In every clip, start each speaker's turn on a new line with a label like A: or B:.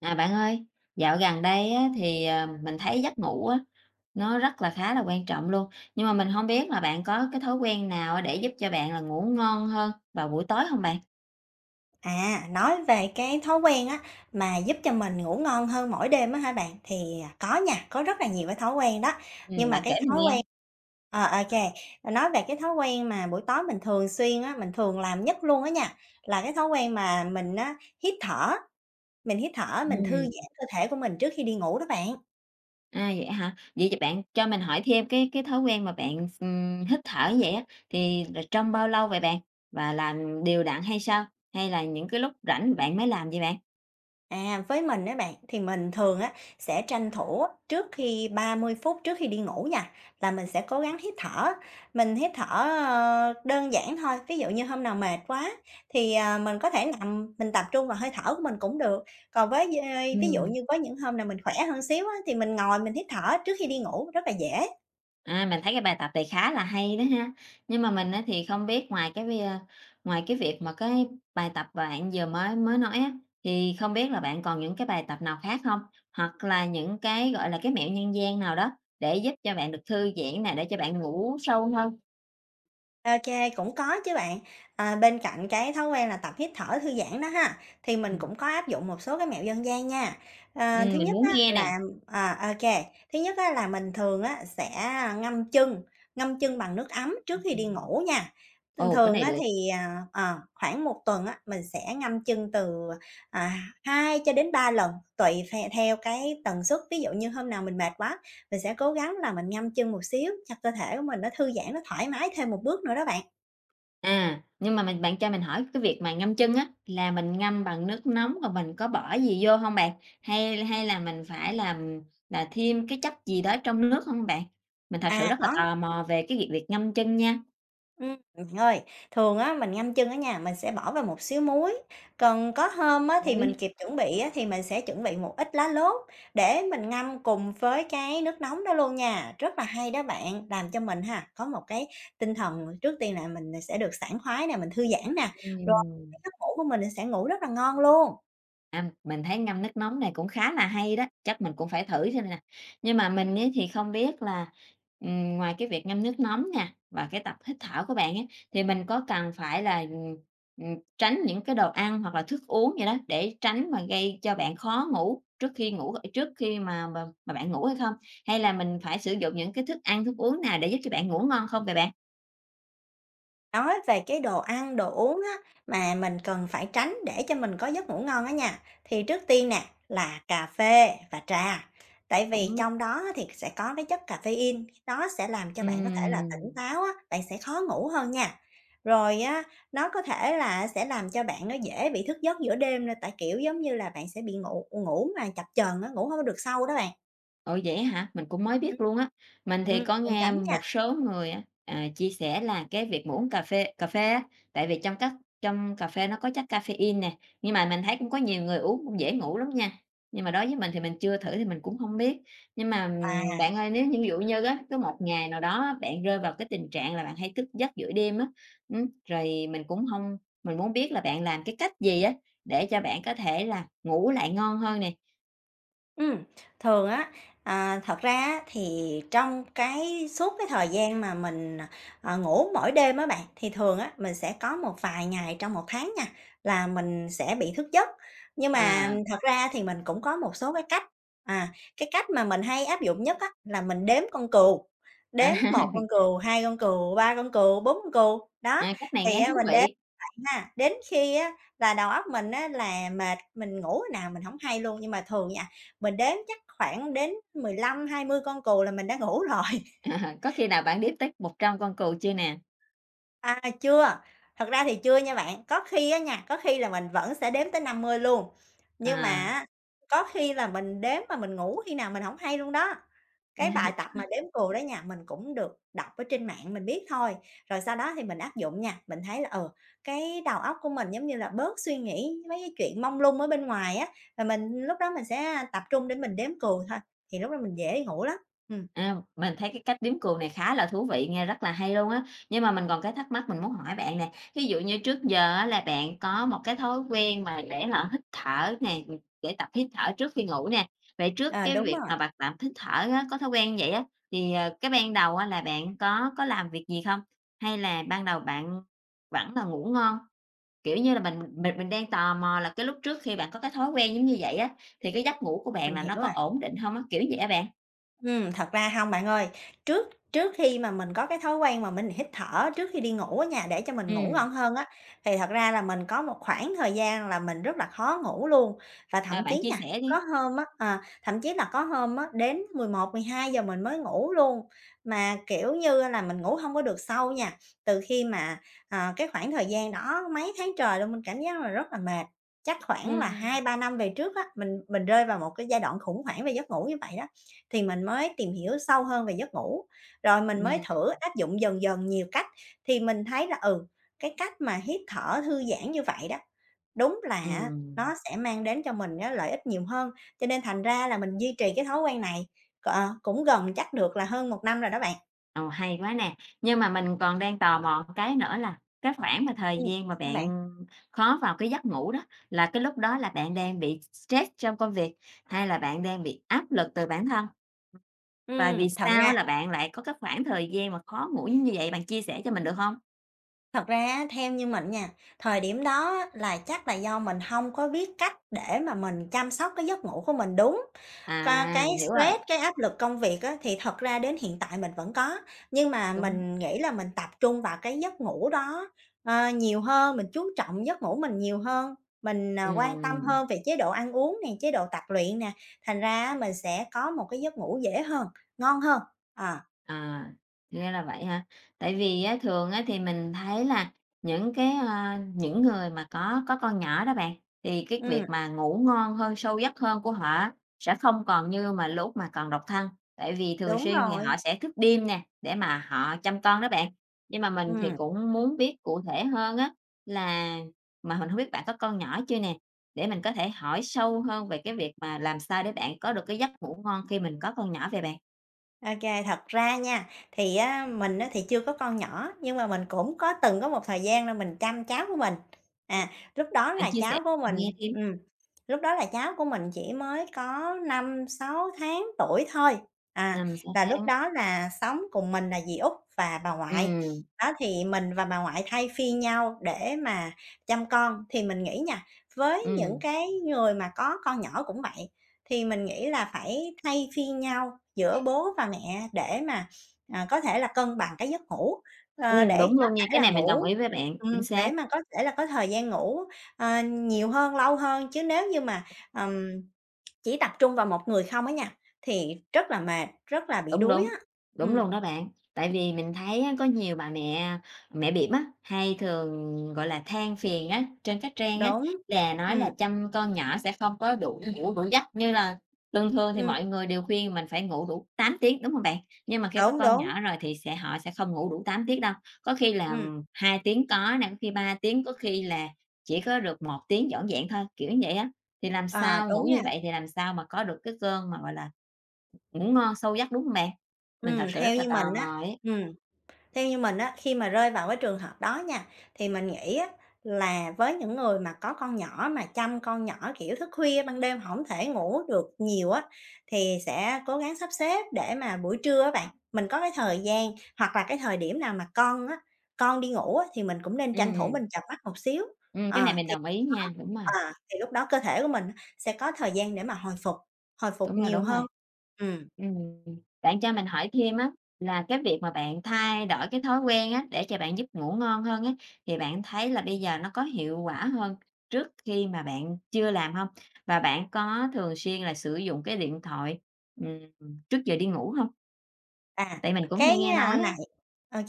A: À, bạn ơi, dạo gần đây á, thì, mình thấy giấc ngủ á, nó rất là khá là quan trọng luôn. Nhưng mà mình không biết là bạn có cái thói quen nào á để giúp cho bạn là ngủ ngon hơn vào buổi tối không bạn?
B: À, nói về cái thói quen á, mà giúp cho mình ngủ ngon hơn mỗi đêm á hả bạn? Thì, có nha, có rất là nhiều cái thói quen đó, nhưng mà
A: Bạn kể
B: cái
A: mình
B: thói
A: nghe.
B: quen ờ, ô nói về cái thói quen mà buổi tối mình thường xuyên á, mình thường làm nhất luôn á nha, là cái thói quen mà mình á, hít thở, mình thư
A: Ừm,
B: giãn cơ thể của mình trước khi đi ngủ đó bạn.
A: à, vậy hả? Vậy thì bạn cho mình hỏi thêm cái thói quen mà bạn hít thở như vậy á, thì là trong bao lâu vậy bạn? Và làm đều đặn hay sao? Hay là những cái lúc rảnh bạn mới làm vậy bạn?
B: À, với mình á bạn, thì mình thường á sẽ tranh thủ á, trước khi 30 phút trước khi đi ngủ nha, là mình sẽ cố gắng hít thở. Mình hít thở, đơn giản thôi, ví dụ như hôm nào mệt quá thì, mình có thể nằm mình tập trung vào hơi thở của mình cũng được. Còn với d Ví dụ
A: Ừm.
B: như có những hôm nào mình khỏe hơn xíu á, thì mình ngồi mình hít thở trước khi đi ngủ rất là dễ.
A: À, mình thấy cái bài tập này khá là hay đó ha. Nhưng mà mình á, thì không biết ngoài cái việc mà cái bài tập bạn vừa mới mới nói á, thì không biết là bạn còn những cái bài tập nào khác không? Hoặc là những cái gọi là cái mẹo nhân gian nào đó để giúp cho bạn được thư giãn nè, để cho bạn ngủ sâu hơn.
B: OK, cũng có chứ bạn. À, bên cạnh cái thói quen là tập hít thở thư giãn đó ha, thì mình
A: Ừm.
B: cũng có áp dụng một số cái mẹo dân gian nha.
A: Ừ,
B: Ờ, thứ
A: mình
B: nhất
A: muốn
B: á
A: nghe nè.
B: là à, OK, Thứ nhất á là mình thường á sẽ ngâm chân, bằng nước ấm trước khi đi
A: Ừm.
B: ngủ nha. Thường
A: Ồ, cái
B: thường
A: này
B: á
A: được.
B: thì, khoảng một tuần á, mình sẽ ngâm chân từ, à, 2 cho đến 3 lần, tùy phe theo cái tần suất. Ví dụ như hôm nào mình mệt quá mình sẽ cố gắng là mình ngâm chân một xíu cho cơ thể của mình nó thư giãn, nó thoải mái thêm một bước nữa đó bạn.
A: À, nhưng mà bạn cho mình hỏi cái việc mà ngâm chân á, là mình ngâm bằng nước nóng rồi mình có bỏ gì vô hông bạn? Hay hay là mình phải làm là thêm cái chất gì đó trong nước hông bạn? Mình thật sự
B: À,
A: rất là
B: có
A: tò mò về cái việc việc ngâm chân nha.
B: bạn ơi, thường á mình ngâm chân ở nhà mình sẽ bỏ vào một xíu muối, còn có hôm á thì
A: Ối,
B: mình kịp chuẩn bị á thì mình sẽ chuẩn bị một ít lá lốt để mình ngâm cùng với cái nước nóng đó luôn nha. Rất là hay đó bạn, làm cho mình ha, có một cái tinh thần trước tiên là mình sẽ được sảng khoái nè, mình thư giãn nè, rồi
A: ừm.
B: cái giấc ngủ của mình sẽ ngủ rất là ngon luôn.
A: À, mình thấy ngâm nước nóng này cũng khá là hay đó, chắc mình cũng phải thử xem nè. Nhưng mà mình ấy thì không biết là, ngoài cái việc ngâm nước nóng nè, và cái tập hít thở của bạn ấy, thì mình có cần phải là, tránh những cái đồ ăn hoặc là thức uống gì đó, để tránh mà gây cho bạn khó ngủ trước khi mà bạn ngủ hay không? Hay là mình phải sử dụng những cái thức ăn, thức uống nào để giúp cho bạn ngủ ngon không vậy bạn?
B: Nói về cái đồ ăn, đồ uống á, mà mình cần phải tránh để cho mình có giấc ngủ ngon á nha, thì trước tiên nè là cà phê và trà. Tại vì
A: Cũng
B: trong đó á thì sẽ có cái chất caffeine, nó sẽ làm cho bạn có thể là
A: ừm.
B: tỉnh táo á, bạn sẽ khó ngủ hơn nha. Rồi á, nó có thể là sẽ làm cho bạn nó dễ bị thức giấc giữa đêm nữa, tại, kiểu, giống như là, bạn sẽ bị ngủ ngủ mà chập chờn á, ngủ không có được sâu đó bạn.
A: Ồ, vậy hả? Mình cũng mới
B: Ừm.
A: biết luôn á. Mình thì có
B: Nên
A: nghe
B: tránh nha.
A: một số người á, chia sẻ là cái việc mà uống cà phê á, tại vì trong cà phê nó có chất caffeine nè, nhưng mà mình thấy cũng có nhiều người uống cũng dễ ngủ lắm nha. Nhưng mà đối với mình thì mình chưa thử thì mình cũng không biết. Nhưng mà,
B: Và
A: bạn ơi, nếu như ví dụ như á, có một ngày nào đó á, bạn rơi vào cái tình trạng là bạn hay thức giấc giữa đêm á, rồi mình cũng không mình muốn biết là bạn làm cái cách gì á, để cho bạn có thể là ngủ lại ngon hơn nè?
B: Ừm, thường á, thật ra á thì trong cái suốt cái thời gian mà mình, ngủ mỗi đêm á bạn, thì thường á, mình sẽ có một vài ngày trong một tháng nha, là mình sẽ bị thức giấc. Nhưng mà
A: Ờ.
B: thật ra thì mình cũng có một số cái cách, à, cái cách mà mình hay áp dụng nhất á, là mình đếm con cừu, đếm một con
A: À.
B: cừu, 2 con cừu, 3 con cừu, 4 con cừu, đó,
A: À, cách này
B: thì,
A: nghe thú
B: mình đếm
A: vị.
B: ha, đến khi á là đầu óc mình á là mệt, mình ngủ hồi nào mình hổng hay luôn. Nhưng mà thường nha, mình đếm chắc khoảng đến 15, 20 con cừu là mình đã ngủ rồi.
A: À, có khi nào bạn đếm tới 100 con cừu chưa nè?
B: À, chưa, thật ra thì chưa nha bạn. Có khi á nha, có khi là mình vẫn sẽ đếm tới 50 luôn, nhưng mà
A: À,
B: á, có khi là mình đếm mà mình ngủ khi nào mình không hay luôn đó. Cái bài tập mà đếm cù đó nha, mình cũng được đọc ở trên mạng mình biết thôi, rồi sau đó thì mình áp dụng nha. Mình thấy là, ừ, cái đầu óc của mình, giống như là, bớt suy nghĩ mấy cái chuyện mông lung ở bên ngoài á, và mình lúc đó mình sẽ tập trung để mình đếm cù thôi, thì lúc đó mình dễ ngủ lắm. Ừm,
A: mình thấy cái cách đếm cừu này khá là thú vị, nghe rất là hay luôn á. Nhưng mà mình còn cái thắc mắc mình muốn hỏi bạn nè, ví dụ như trước giờ á là bạn có một cái thói quen mà để là hít thở nè, để tập hít thở trước khi ngủ nè. Vậy trước
B: ờ,
A: cái
B: đúng
A: việc
B: rồi,
A: mà bạn tập hít thở á, có thói quen vậy á, thì, cái ban đầu á là bạn có làm việc gì không? Hay là ban đầu bạn vẫn là ngủ ngon? Kiểu như là, mình đang tò mò là cái lúc trước khi bạn có cái thói quen giống như vậy á, thì cái giấc ngủ của bạn
B: mình
A: là
B: hiểu
A: nó có
B: rồi.
A: ổn định hông á? Kiểu vậy á bạn.
B: Thật ra hông bạn ơi. Trước trước khi mà mình có cái thói quen mà mình hít thở trước khi đi ngủ á nha, để cho mình ngủ
A: Ừm,
B: ngon hơn á, thì thật ra là mình có một khoảng thời gian là mình rất là khó ngủ luôn. Và
A: ờ,
B: thậm
A: bạn
B: chí
A: chia
B: nha,
A: sẻ
B: có
A: đi.
B: hôm á, thậm chí là có hôm á, đến 11, 12 giờ mình mới ngủ luôn. Mà, kiểu như là, mình ngủ hông có được sâu nha. Từ khi mà, cái khoảng thời gian đó mấy tháng trời luôn, mình cảm giác là rất là mệt. Chắc khoảng là
A: Ừm,
B: hai ba năm về trước á, mình rơi vào một cái giai đoạn khủng hoảng về giấc ngủ như vậy đó. Thì mình mới tìm hiểu sâu hơn về giấc ngủ, rồi mình mới
A: ừm,
B: thử áp dụng dần dần nhiều cách, thì mình thấy là, ừ, cái cách mà hít thở thư giãn như vậy đó, đúng là á
A: ừm.
B: nó sẽ mang đến cho mình á lợi ích nhiều hơn, cho nên thành ra là mình duy trì cái thói quen này, cũng gần chắc được là hơn một năm rồi đó bạn.
A: Ồ, hay quá nè. Nhưng mà mình còn đang tò mò một cái nữa là cái khoảng mà thời
B: Ừm,
A: gian mà
B: sao bạn?
A: bạn khó vào cái giấc ngủ đó, là cái lúc đó là bạn đang bị stress trong công việc, hay là bạn đang bị áp lực từ bản thân? Và
B: Ừm,
A: vì
B: thật
A: sao á
B: ra
A: là bạn lại có cái khoảng thời gian mà khó ngủ như vậy, bạn chia sẻ cho mình được hông?
B: Thật ra á, theo như mình nha, thời điểm đó á, là chắc là do mình hông có biết cách để mà mình chăm sóc cái giấc ngủ của mình đúng. Ca
A: À,
B: cái
A: mình hiểu
B: stress,
A: rồi,
B: cái áp lực công việc á, thì thật ra đến hiện tại mình vẫn có, nhưng mà
A: đúng.
B: mình nghĩ là mình tập trung vào cái giấc ngủ đó, nhiều hơn, mình chú trọng giấc ngủ mình nhiều hơn, mình, quan tâm hơn
A: Ừm,
B: về chế độ ăn uống nè, chế độ tập luyện nè, thành ra á mình sẽ có một cái giấc ngủ dễ hơn, ngon hơn. À,
A: à, thì là vậy ha. Tại vì á, thường á, thì mình thấy là những cái, những người mà có con nhỏ đó bạn, thì cái việc
B: ừm,
A: mà ngủ ngon hơn, sâu giấc hơn của họ á, sẽ không còn như mà lúc mà còn độc thân, tại vì thường
B: đúng
A: xuyên thì
B: rồi,
A: họ sẽ thức đêm nè, để mà họ chăm con đó bạn. Nhưng mà mình thì
B: ừm.
A: cũng muốn biết cụ thể hơn á, là mà mình không biết bạn có con nhỏ chưa nè, để mình có thể hỏi sâu hơn về cái việc mà làm sao để bạn có được cái giấc ngủ ngon khi mình có con nhỏ về bạn?
B: OK, thật ra nha, thì á, mình á, thì chưa có con nhỏ, nhưng mà mình cũng có từng có một thời gian là mình chăm cháu của mình. À, lúc đó
A: Bạn
B: là
A: chia sẻ
B: cháu của
A: mình
B: mình
A: nghe thêm.
B: ừm, lúc đó là cháu của mình chỉ mới có 5, 6 tháng tuổi thôi. À,
A: 6
B: là lúc
A: tháng.
B: đó là sống cùng mình là dì út và bà ngoại.
A: Ừm,
B: Đó, thì mình và bà ngoại thay phiên nhau để mà chăm con. Thì mình nghĩ nha, với những
A: ừm,
B: cái người mà có con nhỏ cũng vậy, thì mình nghĩ là phải thay phiên nhau giữa bố và mẹ để mà, có thể là cân bằng cái giấc ngủ, ờ, để
A: đúng
B: có
A: luôn nha,
B: thể
A: cái
B: là
A: này mình đồng
B: ngủ
A: ý với bạn, chính
B: để
A: xác.
B: mà có thể là có thời gian ngủ, nhiều hơn, lâu hơn. Chứ nếu như mà, ừm, chỉ tập trung vào một người không á nha, thì rất là mệt, rất là bị
A: Đúng,
B: đuối
A: đúng,
B: á.
A: đúng
B: Ừm,
A: luôn đó bạn. Tại vì mình thấy á, có nhiều bà mẹ mẹ bỉm á, hay thường, gọi là, than phiền á, trên các trang á,
B: đúng,
A: là nói
B: ừm,
A: là chăm con nhỏ sẽ không có đủ ngủ đủ giấc, như là thường thường thì
B: ừm,
A: mọi người đều khuyên mình phải ngủ đủ 8 tiếng, đúng không bạn? Nhưng mà khi có
B: đúng,
A: con
B: đúng,
A: nhỏ rồi thì sẽ họ sẽ không ngủ đủ 8 tiếng đâu, có khi là
B: ừm,
A: 2 tiếng có nè, có khi 3 tiếng, có khi là chỉ có được một tiếng vỏn vẹn thôi, kiểu như vậy á. Thì làm
B: à,
A: sao ngủ
B: đúng nha,
A: như vậy thì làm sao mà có được cái cơn mà, gọi là ngủ ngon, sâu giấc, đúng hông bạn? Mình thật
B: ừm.
A: sự rất là tò mò ấy.
B: Ừm. Theo như mình á, khi mà rơi vào cái trường hợp đó nha, thì mình nghĩ á là với những người mà có con nhỏ mà chăm con nhỏ, kiểu, thức khuya ban đêm hổng thể ngủ được nhiều á, thì sẽ cố gắng sắp xếp để mà buổi trưa á bạn, mình có cái thời gian hoặc là cái thời điểm nào mà con á, con đi ngủ á, thì mình cũng nên tranh thủ
A: Ừm,
B: mình chợp mắt một xíu.
A: cái
B: Ờ,
A: này mình
B: thì
A: đồng ý nha, đúng rồi,
B: ờ, thì lúc đó cơ thể của mình sẽ có thời gian để mà hồi phục
A: đúng rồi,
B: nhiều
A: đúng rồi.
B: hơn. Ừm,
A: Ừm, bạn cho mình hỏi thêm á, là cái việc mà bạn thay đổi cái thói quen á, để cho bạn giúp ngủ ngon hơn á, thì bạn thấy là bây giờ nó có hiệu quả hơn trước khi mà bạn chưa làm hông? Và bạn có thường xuyên là sử dụng cái điện thoại, trước giờ đi ngủ hông?
B: à,
A: Tại mình cũng
B: cái,
A: hay nghe
B: a,
A: nói
B: nè
A: á.
B: OK,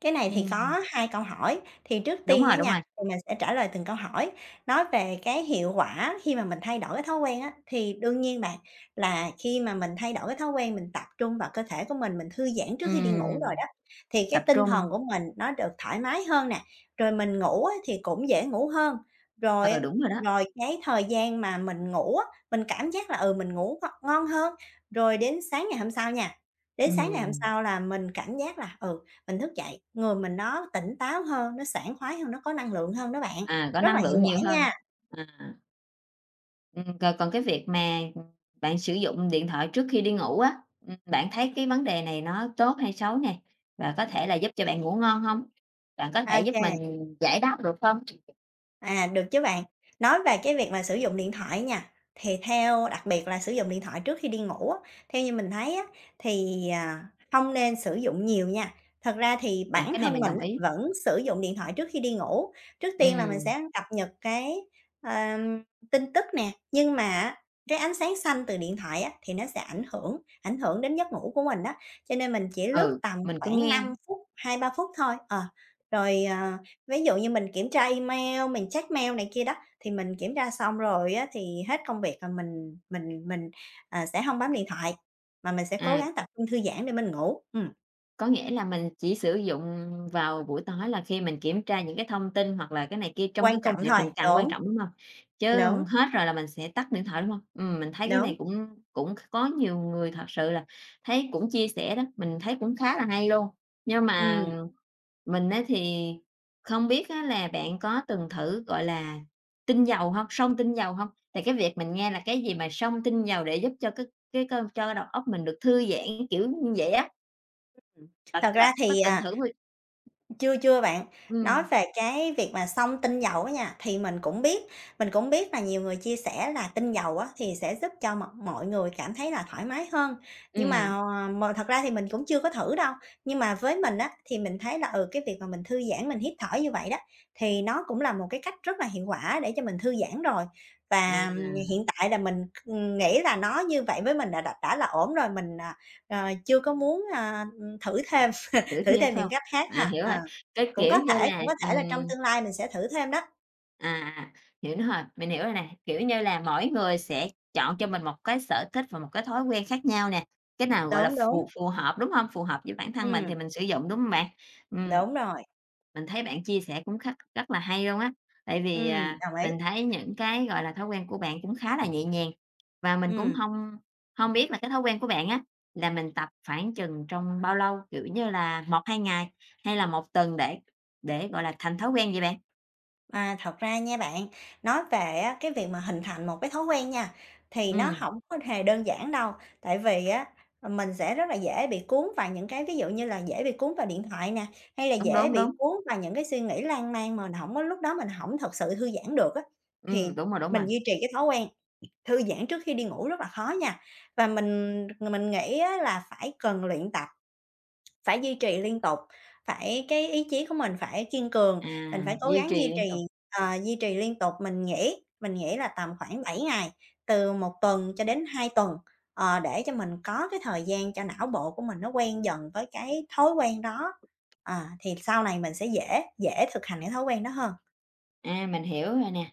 B: cái này thì
A: Ừm,
B: có 2 câu hỏi, thì trước
A: đúng
B: tiên á
A: rồi, đúng
B: nha,
A: rồi.
B: thì mình sẽ trả lời từng câu hỏi. Nói về cái hiệu quả khi mà mình thay đổi cái thói quen á, thì đương nhiên bạn là khi mà mình thay đổi cái thói quen, mình tập trung vào cơ thể của mình thư giãn trước khi đi ngủ
A: Ừm,
B: rồi đó, thì cái
A: tập
B: tinh
A: trung,
B: thần của mình nó được thoải mái hơn nè, rồi mình ngủ á thì cũng dễ ngủ hơn. Rồi
A: ừ, đúng rồi đó.
B: rồi cái thời gian mà mình ngủ á, mình cảm giác là, ừ, mình ngủ ngon hơn, rồi đến sáng ngày hôm sau nha, đến sáng ngày hôm
A: Ừm.
B: sau là mình cảm giác là, ừ mình thức dậy, người mình nó tỉnh táo hơn, nó sảng khoái hơn, nó có năng lượng hơn đó bạn.
A: À, có
B: Rất là
A: năng
B: hiệu
A: lượng
B: quả
A: nhiều hơn.
B: nha.
A: À, còn còn cái việc mà, bạn sử dụng điện thoại trước khi đi ngủ á, bạn thấy cái vấn đề này nó tốt hay xấu nè? Và có thể là giúp cho bạn ngủ ngon hông? Bạn có thể giúp
B: OK.
A: mình giải đáp được không?
B: À, được chứ bạn. Nói về cái việc mà sử dụng điện thoại nha, thì theo đặc biệt là sử dụng điện thoại trước khi đi ngủ á, theo như mình thấy á, thì, hông nên sử dụng nhiều nha. Thật ra thì
A: À,
B: bản
A: cái này
B: thân
A: mình
B: mình
A: đồng
B: á,
A: ý.
B: vẫn sử dụng điện thoại trước khi đi ngủ. Trước tiên là mình
A: Ừm,
B: sẽ cập nhật cái, ờm, tin tức nè, nhưng mà á, cái ánh sáng xanh từ điện thoại á, thì nó sẽ ảnh hưởng đến giấc ngủ của mình đó, cho nên mình chỉ lướt
A: ừ,
B: tầm
A: mình có
B: khoảng
A: nghe.
B: 5 phút, 2 3 phút thôi, rồi, Ví dụ như mình kiểm tra email, mình check mail này kia đó, thì mình kiểm tra xong rồi á, thì hết công việc là mình, sẽ hông bấm điện thoại, mà mình sẽ cố
A: À.
B: gắng tập trung thư giãn để mình ngủ,
A: Có nghĩa là mình chỉ sử dụng vào buổi tối là khi mình kiểm tra những cái thông tin hoặc là cái này kia trong
B: quan
A: cái công
B: trọng
A: việc
B: thôi.
A: mình càng quan
B: Đúng,
A: trọng, đúng hông? Chứ
B: đúng,
A: hết rồi là mình sẽ tắt điện thoại, đúng hông? Mình thấy cái
B: đúng,
A: này cũng cũng có nhiều người thật sự là thấy cũng chia sẻ đó, mình thấy cũng khá là hay luôn. Nhưng
B: ừm,
A: mà mình á thì không biết á là bạn có từng thử, gọi là, tinh dầu hông, xông tinh dầu hông? Thì cái việc mình nghe là cái gì mà xông tinh dầu để giúp cho cái cơ cho đầu óc mình được thư giãn, kiểu như vậy á,
B: ừm.
A: bạn
B: Thật ra
A: bạn có
B: thì,
A: từng thử bao.
B: chưa, chưa bạn. Nói
A: Ừm,
B: về cái việc mà xông tinh dầu á nha, thì mình cũng biết là nhiều người chia sẻ là tinh dầu á, thì sẽ giúp cho mọi mọi người cảm thấy là thoải mái hơn. Nhưng mà,
A: ừm,
B: mà thật ra thì mình cũng chưa có thử đâu. Nhưng mà với mình á, thì mình thấy là, ừ, cái việc mà mình thư giãn, mình hít thở như vậy đó, thì nó cũng là một cái cách rất là hiệu quả để cho mình thư giãn rồi. Và
A: à,
B: hiện tại là mình, nghĩ là nó như vậy với mình là đã là ổn rồi, mình, chưa có muốn, thử thêm,
A: Tử
B: thử
A: Thiêm
B: thêm
A: phải
B: những
A: hông?
B: cách khác
A: À,
B: ha.
A: hiểu
B: Ờ.
A: rồi, cái, kiểu như là,
B: Cũng có thể là trong tương lai mình sẽ thử thêm đó.
A: à, hiểu rồi, mình hiểu rồi nè, kiểu như là, mỗi người sẽ chọn cho mình một cái sở thích và một cái thói quen khác nhau nè, cái nào, gọi là,
B: Đúng, đúng,
A: phù phù hợp, đúng hông? Phù hợp với bản thân mình thì
B: ừm,
A: mình sử dụng, đúng hông bạn? Ừm.
B: đúng rồi,
A: Mình thấy bạn chia sẻ cũng khắc rất là hay luôn á, tại vì, à,
B: đồng ý.
A: mình thấy những cái, gọi là, thói quen của bạn cũng khá là nhẹ nhàng, và mình cũng
B: Ừm,
A: không không biết là cái thói quen của bạn á, là mình tập khoảng chừng trong bao lâu? Kiểu như là một 2 ngày hay là một tuần để, gọi là, thành thói quen vậy bạn?
B: thật ra nha bạn, nói về á, cái việc mà hình thành một cái thói quen nha, thì nó
A: Ừm,
B: hổng có hề đơn giản đâu, tại vì á, mình sẽ rất là dễ bị cuốn vào những cái ví dụ như là dễ bị cuốn vào điện thoại nè, hay là
A: đúng,
B: dễ
A: đúng,
B: bị
A: đúng,
B: cuốn vào những cái suy nghĩ lan man mà mình hổng có lúc đó mình hổng thật sự thư giãn được á, thì
A: đúng
B: mình
A: rồi,
B: duy trì cái thói quen thư giãn trước khi đi ngủ rất là khó nha, và mình nghĩ á là phải cần luyện tập, phải duy trì liên tục, phải cái ý chí của mình phải kiên cường,
A: à,
B: mình phải cố
A: duy
B: gắng
A: trì
B: duy
A: liên
B: trì,
A: tục,
B: duy trì liên tục. Mình nghĩ là tầm khoảng 7 ngày, từ 1 tuần cho đến 2 tuần, để cho mình có cái thời gian cho não bộ của mình nó quen dần với cái thói quen đó, thì sau này mình sẽ dễ dễ thực hành cái thói quen đó hơn.
A: à, mình hiểu rồi nè,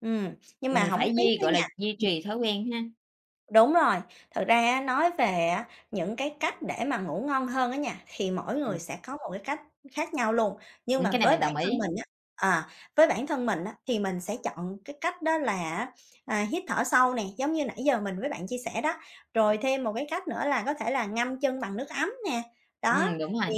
B: Ừm, nhưng mà
A: mình
B: hổng
A: phải
B: biết á nha.
A: duy trì thói quen ha,
B: Đúng rồi, thật ra á, nói về á, những cái cách để mà ngủ ngon hơn á nha, thì mỗi người
A: ừm,
B: sẽ có một cái cách khác nhau luôn. Nhưng mà
A: cái này
B: với
A: mình
B: bản
A: đồng
B: thân
A: ý,
B: mình á, à, với bản thân mình á, thì mình sẽ chọn cái cách đó là hít thở sâu nè, giống như nãy giờ mình với bạn chia sẻ đó.
A: à,
B: Rồi thêm một cái cách nữa là có thể là ngâm chân bằng nước ấm nè. Đó,
A: đúng
B: thì
A: rồi.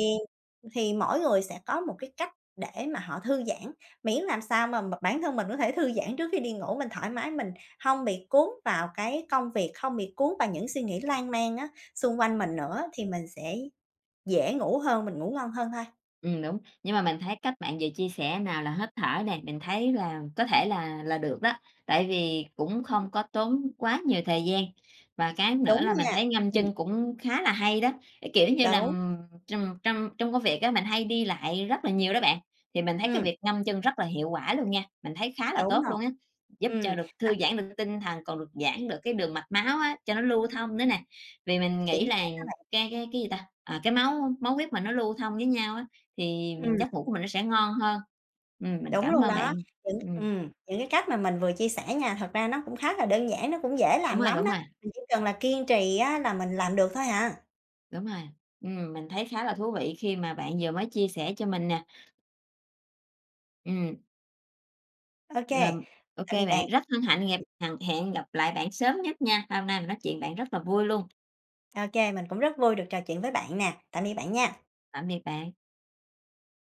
B: thì mỗi người sẽ có một cái cách để mà họ thư giãn, miễn làm sao mà bản thân mình có thể thư giãn trước khi đi ngủ, mình thoải mái, mình không bị cuốn vào cái công việc, không bị cuốn vào những suy nghĩ lan man á, xung quanh mình nữa thì mình sẽ dễ ngủ hơn, mình ngủ ngon hơn thôi.
A: Đúng, nhưng mà mình thấy cách bạn vừa chia sẻ nào là hít thở này mình thấy là có thể là được đó, tại vì cũng không có tốn quá nhiều thời gian. Và cái nữa
B: Đúng
A: là mình
B: nha,
A: thấy ngâm
B: ừm,
A: chân cũng khá là hay đó, cái kiểu như là,
B: đúng,
A: trong trong trong công việc á, mình hay đi lại rất là nhiều đó bạn, thì mình thấy cái
B: ừm,
A: việc ngâm chân rất là hiệu quả luôn nha, mình thấy khá là
B: đúng
A: tốt
B: rồi.
A: luôn á, giúp cho
B: Ừm,
A: được
B: đặc
A: thư giãn được tinh thần, còn được giãn được cái đường mạch máu á, cho nó lưu thông nữa nè. Vì mình nghĩ
B: chính
A: là
B: xác,
A: cái gì ta, à, cái máu máu huyết mà nó lưu thông với nhau á, thì
B: ừm,
A: giấc ngủ của mình nó sẽ ngon hơn. Mình
B: đúng
A: cảm
B: luôn
A: ơn bạn.
B: đó, những
A: Ừm,
B: ừm, những cái cách mà mình vừa chia sẻ nha, thật ra nó cũng khá là đơn giản, nó cũng dễ
A: đúng
B: làm
A: rồi,
B: lắm
A: đúng
B: đó,
A: rồi,
B: mình chỉ cần là kiên trì á là mình làm được thôi à.
A: đúng rồi. Mình thấy khá là thú vị khi mà bạn vừa mới chia sẻ cho mình nè. Ừm,
B: OK,
A: rồi, ô
B: tạm biệt bạn.
A: bạn, rất hân hạnh gặp hằng hẹn gặp lại bạn sớm nhất nha. Hôm nay mình nói chuyện bạn rất là vui luôn.
B: Ô mình cũng rất vui được trò chuyện với bạn nè. Tạm biệt bạn nha.
A: Tạm biệt bạn.